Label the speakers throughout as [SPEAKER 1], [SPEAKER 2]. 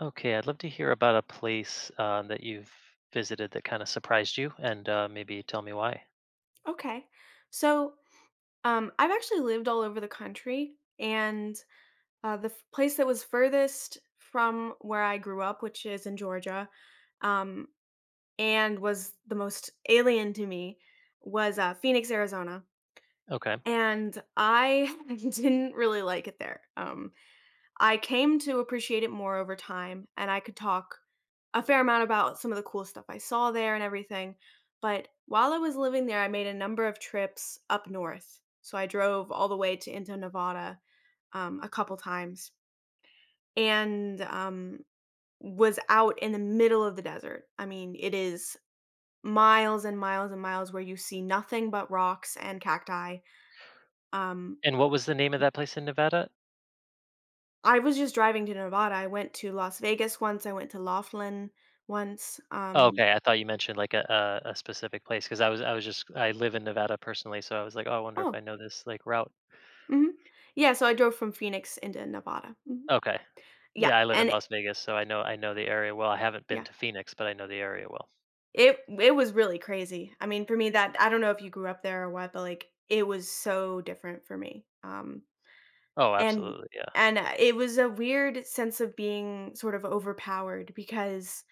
[SPEAKER 1] Okay, I'd love to hear about a place that you've visited that kind of surprised you, and maybe tell me why.
[SPEAKER 2] Okay. So I've actually lived all over the country, and the place that was furthest from where I grew up, which is in Georgia, um, and was the most alien to me, was Phoenix, Arizona.
[SPEAKER 1] Okay,
[SPEAKER 2] And I didn't really like it there. I came to appreciate it more over time, and I could talk a fair amount about some of the cool stuff I saw there and everything. But while I was living there, I made a number of trips up north. So I drove all the way to into Nevada a couple times and was out in the middle of the desert. I mean, it is miles and miles and miles where you see nothing but rocks and cacti. Um,
[SPEAKER 1] and what was the name of that place in Nevada?
[SPEAKER 2] I was just driving to Nevada. I went to Las Vegas once, I went to Laughlin once,
[SPEAKER 1] Oh, okay, I thought you mentioned like a specific place because I was just I live in Nevada personally, so I was like, oh, I wonder if I
[SPEAKER 2] Oh,
[SPEAKER 1] know this like route.
[SPEAKER 2] mhm. Yeah, so I drove from Phoenix into Nevada. Mhm.
[SPEAKER 1] Okay,
[SPEAKER 2] Yeah,
[SPEAKER 1] yeah, I live in
[SPEAKER 2] and it
[SPEAKER 1] Las Vegas, so I know the area well. I haven't been
[SPEAKER 2] yeah.
[SPEAKER 1] to Phoenix, but I know the area well.
[SPEAKER 2] It was really crazy. I mean, for me that I don't know if you grew up there or what, but, like, it was so different for me,
[SPEAKER 1] Oh,
[SPEAKER 2] and
[SPEAKER 1] absolutely, yeah.
[SPEAKER 2] it was a weird sense of being sort of overpowered because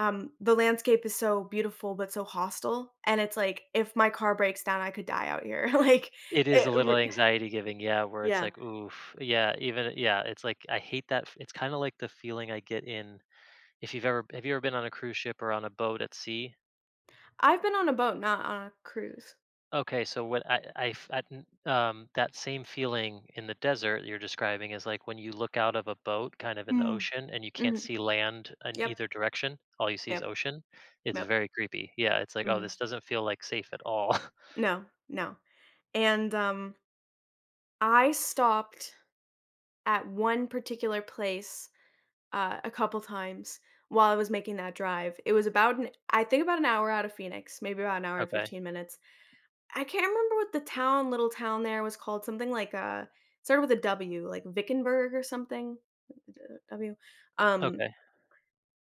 [SPEAKER 2] The landscape is so beautiful but so hostile, and it's like, if my car breaks down, I could die out here, like,
[SPEAKER 1] It is a
[SPEAKER 2] it
[SPEAKER 1] little
[SPEAKER 2] r
[SPEAKER 1] anxiety giving, yeah, where it's
[SPEAKER 2] Yeah.
[SPEAKER 1] like, oof, yeah, even yeah, it's like I hate that. It's kind of like the feeling I get in. If you've ever, have you ever been on a cruise ship or on a boat at sea?
[SPEAKER 2] I've been on a boat, not on a cruise.
[SPEAKER 1] Okay, so what I f- I n- that same feeling in the desert you're describing is like when you look out of a boat kind of in the
[SPEAKER 2] Mm.
[SPEAKER 1] ocean and you can't
[SPEAKER 2] Mhm.
[SPEAKER 1] see land in
[SPEAKER 2] Yep,
[SPEAKER 1] either direction, all you see is
[SPEAKER 2] yep,
[SPEAKER 1] ocean. It's
[SPEAKER 2] yep.
[SPEAKER 1] very creepy. Yeah, it's like, oh,
[SPEAKER 2] Mhm.
[SPEAKER 1] this doesn't feel like safe at all.
[SPEAKER 2] No, no. And, um, I stopped at one particular place, a couple times while I was making that drive. It was about an I think about an hour out of Phoenix, maybe about an hour and
[SPEAKER 1] Okay.
[SPEAKER 2] 15 minutes. I can't remember what the town little town there was called, something like, started with a W, like Wickenburg or something, W. Um,
[SPEAKER 1] Okay.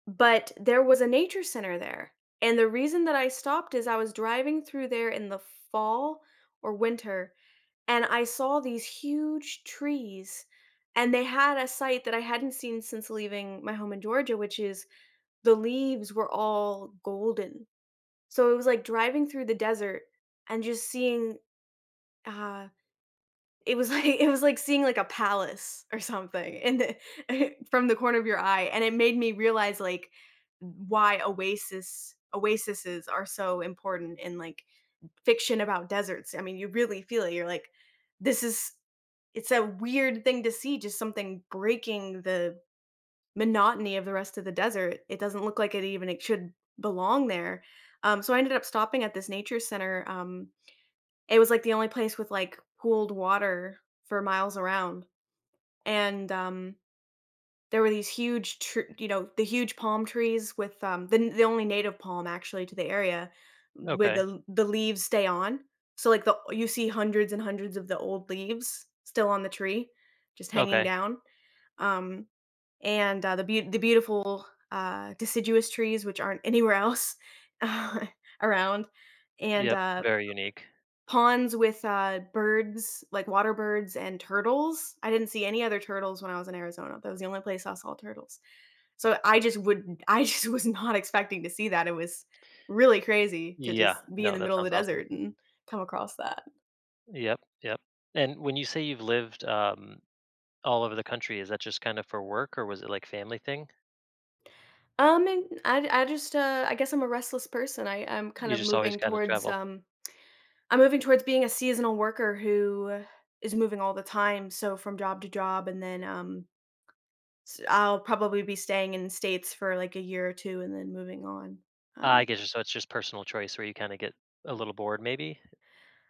[SPEAKER 2] but there was a nature center there, and the reason that I stopped is I was driving through there in the fall or winter, and I saw these huge trees, and they had a sight that I hadn't seen since leaving my home in Georgia, which is the leaves were all golden. So it was like driving through the desert and just seeing, uh it was like it was like seeing, like, a palace or something in the from the corner of your eye, and it made me realize, like, why oasis oases are so important in, like, fiction about deserts. I mean, you really feel it. You're like, "This is" it's a weird thing to see, just something breaking the monotony of the rest of the desert. It doesn't look like it even it should belong there. So I ended up stopping at this nature center, it was, like, the only place with, like, pooled water for miles around and there were these huge, you know, the huge palm trees with the only native palm actually to the area, where
[SPEAKER 1] Okay.
[SPEAKER 2] the leaves stay on. So like the you see hundreds and hundreds of the old leaves still on the tree, just hanging
[SPEAKER 1] Okay.
[SPEAKER 2] down. Um, and the beau the beautiful deciduous trees, which aren't anywhere else around, and
[SPEAKER 1] Yep.
[SPEAKER 2] uh,
[SPEAKER 1] Very unique.
[SPEAKER 2] ponds with, birds, like water birds and turtles. I didn't see any other turtles when I was in Arizona. That was the only place I saw turtles. So I just would I just was not expecting to see that. It was really crazy to
[SPEAKER 1] Yeah.
[SPEAKER 2] just be in
[SPEAKER 1] No,
[SPEAKER 2] the
[SPEAKER 1] that
[SPEAKER 2] middle of the
[SPEAKER 1] sounds awesome.
[SPEAKER 2] desert and come across that.
[SPEAKER 1] Yep. Yep. And when you say you've lived all over the country, is that just kind of for work or was it like family thing?
[SPEAKER 2] And I just, I guess I'm a restless person. I'm kind
[SPEAKER 1] You
[SPEAKER 2] of
[SPEAKER 1] just always
[SPEAKER 2] moving
[SPEAKER 1] kind of
[SPEAKER 2] towards,
[SPEAKER 1] travel.
[SPEAKER 2] I'm moving towards being a seasonal worker who is moving all the time, so from job to job, and then, s I'll probably be staying in states for, like, a year or 2 and then moving on.
[SPEAKER 1] Ah, I
[SPEAKER 2] Um,
[SPEAKER 1] get you, so it's just personal choice where you kinda get a little bored maybe?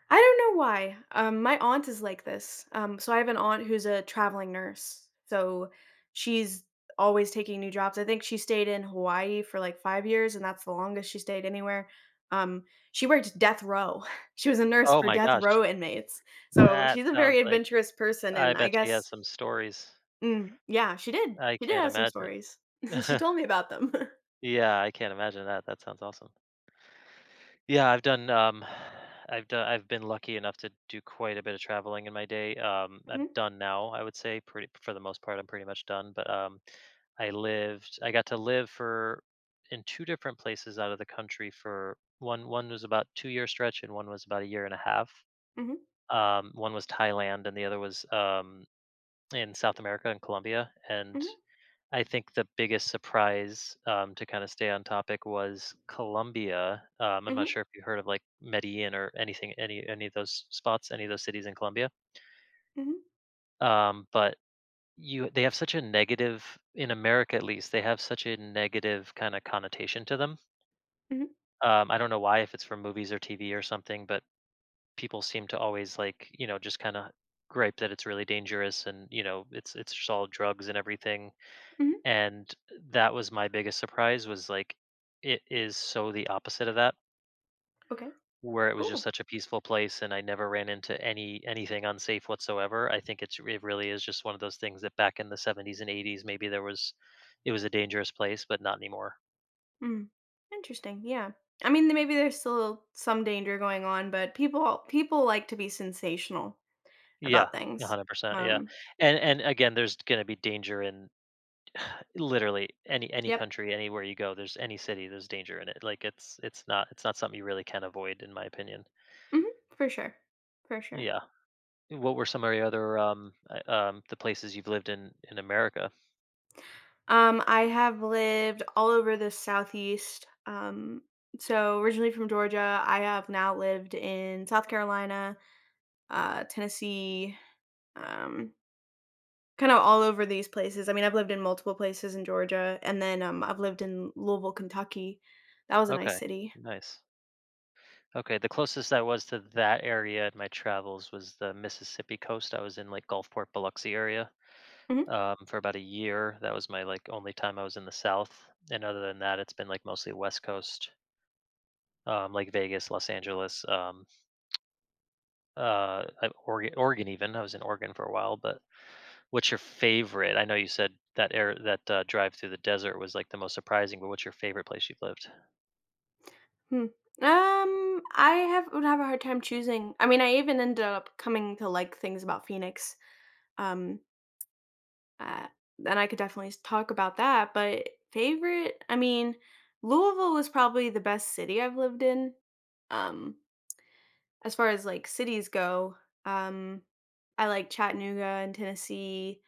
[SPEAKER 2] I don't know why. My aunt is like this. So I have an aunt who's a traveling nurse. So she's always taking new jobs. I think she stayed in Hawaii for like 5 years, and that's the longest she stayed anywhere. Um, she worked death row. She was a nurse
[SPEAKER 1] Oh
[SPEAKER 2] for
[SPEAKER 1] my
[SPEAKER 2] death
[SPEAKER 1] gosh,
[SPEAKER 2] row inmates. So
[SPEAKER 1] that
[SPEAKER 2] she's a
[SPEAKER 1] sounds
[SPEAKER 2] very
[SPEAKER 1] like
[SPEAKER 2] adventurous person,
[SPEAKER 1] I
[SPEAKER 2] and I
[SPEAKER 1] bet she has
[SPEAKER 2] guess,
[SPEAKER 1] some stories.
[SPEAKER 2] yeah, she did.
[SPEAKER 1] I
[SPEAKER 2] She did
[SPEAKER 1] can't
[SPEAKER 2] have some
[SPEAKER 1] imagine.
[SPEAKER 2] stories. She told me about them.
[SPEAKER 1] Yeah, I can't imagine that, that sounds awesome. Yeah, I've done. I've done. I've been lucky enough to do quite a bit of traveling in my day. I'm
[SPEAKER 2] Mhm,
[SPEAKER 1] done now. I would say pretty for the most part. I'm pretty much done. But I got to live for in two different places out of the country for one. One was about 2 year stretch, and one was about a year and a half.
[SPEAKER 2] mhm,
[SPEAKER 1] One was Thailand, and the other was in South America in Colombia. And
[SPEAKER 2] mhm,
[SPEAKER 1] I think the biggest surprise, to kinda stay on topic was Colombia. I'm not
[SPEAKER 2] mhm,
[SPEAKER 1] sure if you heard of, like, Medellin or anything, any of those spots, any of those cities in Colombia.
[SPEAKER 2] mhm,
[SPEAKER 1] But you they have such a negative, in America at least, they have such a negative kinda connotation to them.
[SPEAKER 2] mhm,
[SPEAKER 1] I don't know why, if it's from movies or TV or something, but people seem to always, like, you know, just kinda gripe that it's really dangerous and, you know, it's just all drugs and everything.
[SPEAKER 2] mhm.
[SPEAKER 1] And that was my biggest surprise, was like it is so the opposite of that,
[SPEAKER 2] Okay,
[SPEAKER 1] where it was just
[SPEAKER 2] cool.
[SPEAKER 1] such a peaceful place and I never ran into anything unsafe whatsoever. I think it really is just one of those things that back in the '70s and '80s maybe there was, it was a dangerous place but not anymore.
[SPEAKER 2] Mm. Interesting. Yeah. I mean, maybe there's still some danger going on, but people like to be sensational
[SPEAKER 1] Yeah,
[SPEAKER 2] about things.
[SPEAKER 1] 100%. Yeah.
[SPEAKER 2] Um,
[SPEAKER 1] And again there's going to be danger in literally any
[SPEAKER 2] yep.
[SPEAKER 1] country, anywhere you go there's any city, there's danger in it. Like it's not, it's not something you really can avoid in my opinion.
[SPEAKER 2] Hmm. For sure. For sure.
[SPEAKER 1] Yeah. What were some of your other, the places you've lived in America?
[SPEAKER 2] I have lived all over the southeast. So originally from Georgia, I have now lived in South Carolina, Tennessee, um, kind of all over these places. I mean, I've lived in multiple places in Georgia, and then I've lived in Louisville, Kentucky. That was a nice
[SPEAKER 1] Okay,
[SPEAKER 2] city.
[SPEAKER 1] nice. Okay, the closest I was to that area in my travels was the Mississippi coast. I was in like Gulfport, Biloxi area
[SPEAKER 2] Mhm.
[SPEAKER 1] for about a year. That was my like only time I was in the South. And other than that, it's been like mostly West Coast, like Vegas, Los Angeles, Oregon, Oregon even. I was in Oregon for a while, but what's your favorite? I know you said that air that drive through the desert was like the most surprising, but what's your favorite place you've lived?
[SPEAKER 2] Hmm. I have would have a hard time choosing. I mean, I even ended up coming to like things about Phoenix. Um, uh, and I could definitely talk about that. But favorite, I mean, Louisville was probably the best city I've lived in. Um, as far as like cities go, um, I like Chattanooga and Tennessee.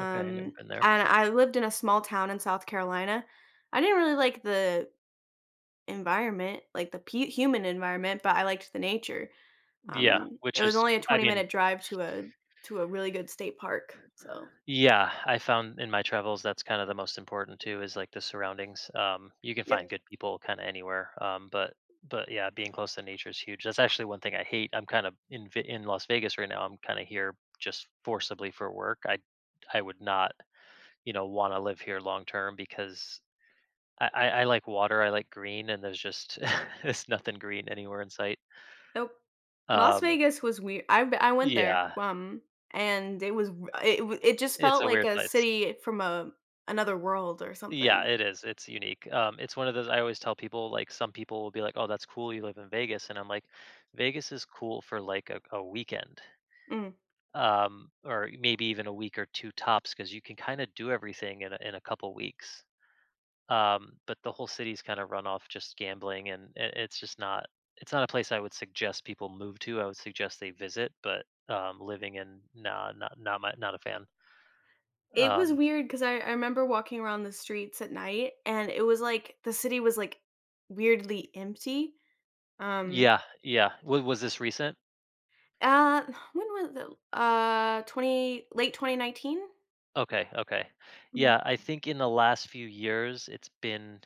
[SPEAKER 1] Okay, I never been there.
[SPEAKER 2] and I lived in a small town in South Carolina. I didn't really like the environment, like the human environment, but I liked the nature.
[SPEAKER 1] Yeah, which
[SPEAKER 2] It was
[SPEAKER 1] is
[SPEAKER 2] only a
[SPEAKER 1] I mean.
[SPEAKER 2] 20-minute drive to a really good state park, so
[SPEAKER 1] Yeah, I found in my travels that's kind of the most important too, is like the surroundings. You can
[SPEAKER 2] yep,
[SPEAKER 1] find good people kind of anywhere, but yeah, being close to nature is huge. That's actually one thing I hate. I'm kind of in in Las Vegas right now. I'm kind of here just forcibly for work. I would not, you know, want to live here long term because I like water. I like green, and there's just there's nothing green anywhere in sight.
[SPEAKER 2] nope. Las
[SPEAKER 1] Um,
[SPEAKER 2] Vegas was weird. I went there,
[SPEAKER 1] yeah,
[SPEAKER 2] and it was r it w it just
[SPEAKER 1] it's
[SPEAKER 2] felt
[SPEAKER 1] a
[SPEAKER 2] like
[SPEAKER 1] weird
[SPEAKER 2] a
[SPEAKER 1] place.
[SPEAKER 2] city from a another world or
[SPEAKER 1] Yeah,
[SPEAKER 2] something.
[SPEAKER 1] it is. It's unique. It's one of those, I always tell people, like some people will be like, "Oh, that's cool. You live in Vegas," and I'm like, "Vegas is cool for like a weekend,
[SPEAKER 2] Mm.
[SPEAKER 1] or maybe even a week or two tops, because you can kind of do everything in a couple weeks. But the whole city's kind of run off just gambling, and it's just not. It's not a place I would suggest people move to. I would suggest they visit, but living in, nah, not my, not a fan.
[SPEAKER 2] It was
[SPEAKER 1] Um,
[SPEAKER 2] weird because I remember walking around the streets at night, and it was like the city was, like, weirdly empty. Um,
[SPEAKER 1] yeah, yeah. W- was this recent?
[SPEAKER 2] uh, when was it? 20 late 2019?
[SPEAKER 1] Okay, okay.
[SPEAKER 2] Mhm.
[SPEAKER 1] Yeah, I think in the last few years it's been,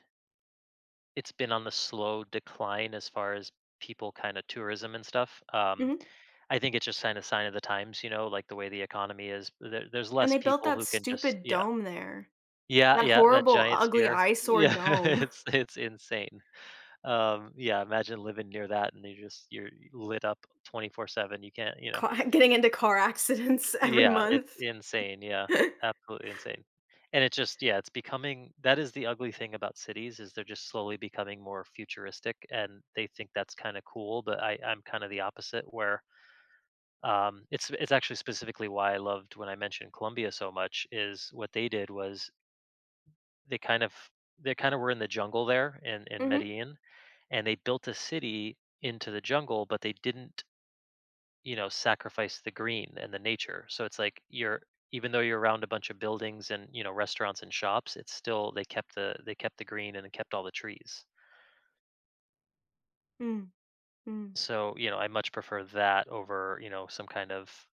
[SPEAKER 1] it's been on the slow decline as far as people kind of tourism and stuff. Um,
[SPEAKER 2] Mhm.
[SPEAKER 1] I think it's just kind of sign of the times, you know, like the way the economy is. There's
[SPEAKER 2] And
[SPEAKER 1] less
[SPEAKER 2] they built
[SPEAKER 1] people
[SPEAKER 2] that
[SPEAKER 1] who can just
[SPEAKER 2] stupid
[SPEAKER 1] yeah.
[SPEAKER 2] dome there.
[SPEAKER 1] Yeah,
[SPEAKER 2] That
[SPEAKER 1] yeah, that
[SPEAKER 2] horrible,
[SPEAKER 1] giant
[SPEAKER 2] ugly
[SPEAKER 1] sphere.
[SPEAKER 2] eyesore
[SPEAKER 1] Yeah,
[SPEAKER 2] dome.
[SPEAKER 1] it's insane. Yeah, imagine living near that and you just you're lit up 24/7. You can't, you know.
[SPEAKER 2] Ca Getting into car accidents every
[SPEAKER 1] Yeah, it's
[SPEAKER 2] month.
[SPEAKER 1] insane, yeah, absolutely insane. And it's just yeah, it's becoming, that is the ugly thing about cities, is they're just slowly becoming more futuristic and they think that's kinda cool, but I I'm kinda the opposite where, it's actually specifically why I loved when I mentioned Colombia so much, is what they did was they kind of, they kinda were in the jungle there in
[SPEAKER 2] Mhm.
[SPEAKER 1] Medellin, and they built a city into the jungle, but they didn't, you know, sacrifice the green and the nature. So it's like you're, even though you're around a bunch of buildings and, you know, restaurants and shops, it's still, they kept the green and they kept all the trees.
[SPEAKER 2] Mm, mm,
[SPEAKER 1] So, you know, I much prefer that over, you know, some kind of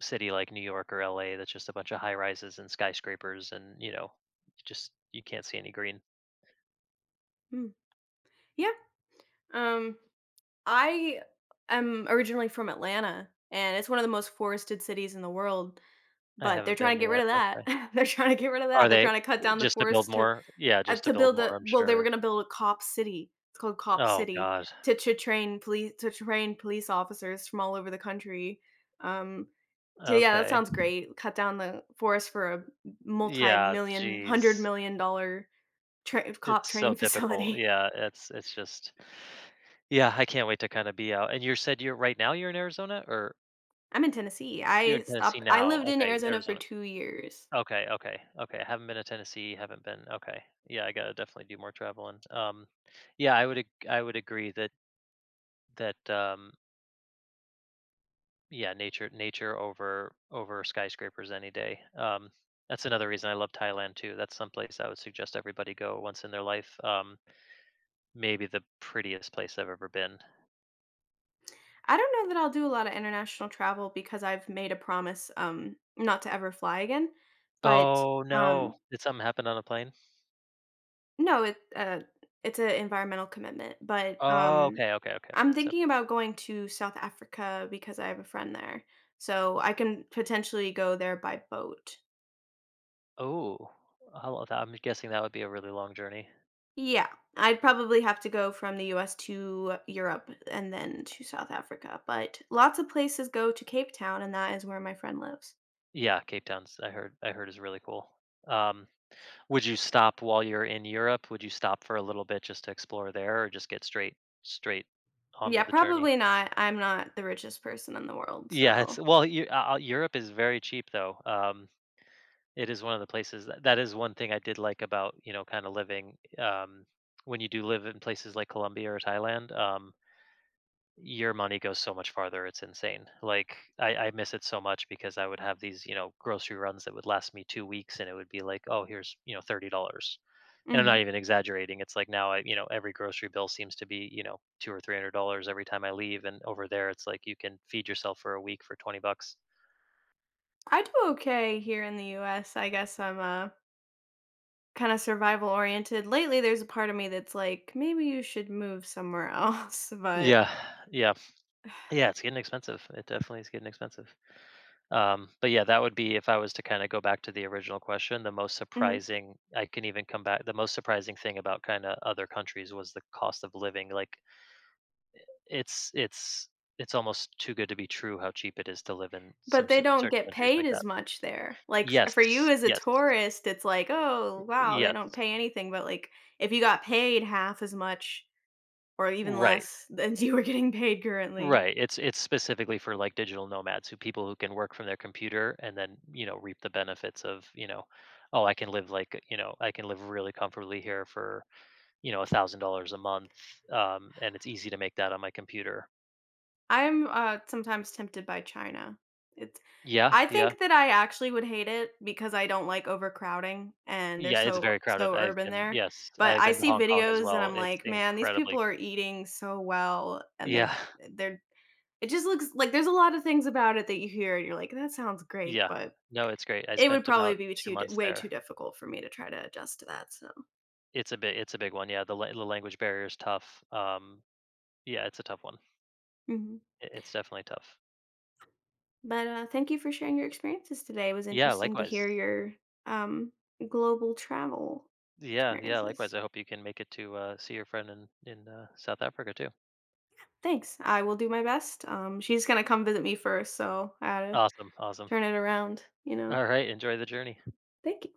[SPEAKER 1] city like New York or LA, that's just a bunch of high rises and skyscrapers and, you know, you just you can't see any green.
[SPEAKER 2] mm. Yeah, um, I am originally from Atlanta, and it's one of the most forested cities in the world,
[SPEAKER 1] I
[SPEAKER 2] but they're
[SPEAKER 1] haven't
[SPEAKER 2] trying
[SPEAKER 1] been
[SPEAKER 2] to get rid
[SPEAKER 1] yet.
[SPEAKER 2] of that.
[SPEAKER 1] Okay.
[SPEAKER 2] They're trying to get rid of
[SPEAKER 1] Are
[SPEAKER 2] that. They're
[SPEAKER 1] they,
[SPEAKER 2] trying to cut down the
[SPEAKER 1] just to build
[SPEAKER 2] forest to
[SPEAKER 1] more? Yeah, just to build more, I'm
[SPEAKER 2] they were
[SPEAKER 1] sure.
[SPEAKER 2] gonna build a cop city. It's called Cop
[SPEAKER 1] Oh
[SPEAKER 2] City
[SPEAKER 1] god.
[SPEAKER 2] to to train police officers from all over the country. Um, so yeah, that
[SPEAKER 1] Okay.
[SPEAKER 2] sounds great. Cut down the forest for a
[SPEAKER 1] Yeah,
[SPEAKER 2] multi-million, hundred
[SPEAKER 1] jeez.
[SPEAKER 2] million dollar
[SPEAKER 1] It's
[SPEAKER 2] cop
[SPEAKER 1] so
[SPEAKER 2] training
[SPEAKER 1] typical.
[SPEAKER 2] facility.
[SPEAKER 1] Yeah, it's just yeah, I can't wait to kinda be out. And you said you're, right now you're in Arizona, or
[SPEAKER 2] I'm in Tennessee.
[SPEAKER 1] you're in
[SPEAKER 2] I
[SPEAKER 1] Tennessee
[SPEAKER 2] stopped. I
[SPEAKER 1] now?
[SPEAKER 2] lived in
[SPEAKER 1] Okay,
[SPEAKER 2] Arizona for
[SPEAKER 1] Arizona.
[SPEAKER 2] 2 years.
[SPEAKER 1] Okay, okay, okay. I haven't been to Tennessee, haven't been, okay. Yeah, I gotta definitely do more traveling. Yeah, I would agree that that, um, yeah, nature over skyscrapers any day. That's another reason I love Thailand too. That's someplace I would suggest everybody go once in their life. Maybe the prettiest place I've ever been.
[SPEAKER 2] I don't know that I'll do a lot of international travel because I've made a promise not to ever fly again. But
[SPEAKER 1] Oh, no.
[SPEAKER 2] um,
[SPEAKER 1] Did something happen on a plane?
[SPEAKER 2] no, it it's an environmental commitment, but,
[SPEAKER 1] Oh, okay, okay, okay.
[SPEAKER 2] I'm thinking
[SPEAKER 1] Separate.
[SPEAKER 2] about going to South Africa because I have a friend there, so I can potentially go there by boat.
[SPEAKER 1] Oh, how lo, I'm guessing that would be a really long journey.
[SPEAKER 2] Yeah, I'd probably have to go from the US to Europe and then to South Africa, but lots of places go to Cape Town, and that is where my friend lives.
[SPEAKER 1] Yeah, Cape Town's, I heard is really cool. Um, would you stop while you're in Europe? Would you stop for a little bit just to explore there or just get straight on
[SPEAKER 2] Yeah,
[SPEAKER 1] with the journey?
[SPEAKER 2] probably not. I'm not the richest person in the world,
[SPEAKER 1] Yeah, it's
[SPEAKER 2] so
[SPEAKER 1] well, Eu Europe is very cheap, though. It is one of the places that, is one thing I did like about, you know, kinda living, when you do live in places like Colombia or Thailand, your money goes so much farther. It's insane. Like I miss it so much because I would have these, you know, grocery runs that would last me 2 weeks, and it would be like, oh, here's you know $30, and I'm
[SPEAKER 2] mhm.
[SPEAKER 1] not even exaggerating. It's like now I, you know, every grocery bill seems to be you know two or three hundred dollars every time I leave, and over there it's like you can feed yourself for a week for $20.
[SPEAKER 2] I do okay here in the US, kinda survival oriented. Lately, there's a part of me that's like, "Maybe you should move somewhere else," but
[SPEAKER 1] Yeah, yeah, yeah. It's getting expensive. It definitely is getting expensive. But yeah, that would be, if I was to kind of go back to the original question, the most
[SPEAKER 2] mhm,
[SPEAKER 1] surprising, I can even come back the most surprising thing about kind of other countries was the cost of living. Like it's it's it's almost too good to be true how cheap it is to live in some
[SPEAKER 2] but they don't
[SPEAKER 1] certain
[SPEAKER 2] get
[SPEAKER 1] countries
[SPEAKER 2] paid
[SPEAKER 1] like that.
[SPEAKER 2] as much there. Like, f for you
[SPEAKER 1] Yes.
[SPEAKER 2] as a
[SPEAKER 1] Yes.
[SPEAKER 2] tourist, it's like, "Oh, wow, they don't
[SPEAKER 1] Yes.
[SPEAKER 2] pay anything," but, like, if you got paid half as much or even
[SPEAKER 1] Right.
[SPEAKER 2] less than you were getting paid currently.
[SPEAKER 1] Right. It's specifically for like digital nomads, who, people who can work from their computer and then, you know, reap the benefits of, you know, oh, I can live like, you know, I can live really comfortably here for you know, $1,000 a month, and it's easy to make that on my computer.
[SPEAKER 2] Sometimes tempted by China. It's
[SPEAKER 1] Yeah,
[SPEAKER 2] I
[SPEAKER 1] yeah.
[SPEAKER 2] think that I actually would hate it because I don't like overcrowding and they're
[SPEAKER 1] Yeah, it's very crowded.
[SPEAKER 2] so urban there, but
[SPEAKER 1] I've
[SPEAKER 2] I
[SPEAKER 1] been to
[SPEAKER 2] see
[SPEAKER 1] Hong Kong as
[SPEAKER 2] videos and
[SPEAKER 1] well.
[SPEAKER 2] I'm
[SPEAKER 1] It's
[SPEAKER 2] like, "Man, these people
[SPEAKER 1] incredibly.
[SPEAKER 2] are eating so well and
[SPEAKER 1] Yeah,
[SPEAKER 2] they're" it just looks like there's a lot of things about it that you hear and you're like, "That sounds great,"
[SPEAKER 1] yeah.
[SPEAKER 2] but
[SPEAKER 1] No, it's great. I
[SPEAKER 2] it would
[SPEAKER 1] spent
[SPEAKER 2] probably
[SPEAKER 1] about
[SPEAKER 2] be
[SPEAKER 1] 2
[SPEAKER 2] too d
[SPEAKER 1] months
[SPEAKER 2] way too
[SPEAKER 1] there.
[SPEAKER 2] difficult for me to try to adjust to that, so
[SPEAKER 1] It's a big one. Yeah, the language barrier is tough. Yeah, it's a tough one.
[SPEAKER 2] mhm.
[SPEAKER 1] I, it's definitely tough.
[SPEAKER 2] But thank you for sharing your experiences today. It was
[SPEAKER 1] Yeah,
[SPEAKER 2] interesting to
[SPEAKER 1] likewise.
[SPEAKER 2] hear your um, global travel
[SPEAKER 1] Yeah, yeah, likewise.
[SPEAKER 2] experiences.
[SPEAKER 1] I hope you can make it to, see your friend in, South Africa too.
[SPEAKER 2] Thanks. I will do my best. She's going to come visit me first, so I had to
[SPEAKER 1] Awesome, awesome.
[SPEAKER 2] turn it around, you know.
[SPEAKER 1] Alright, enjoy the journey.
[SPEAKER 2] Thank you.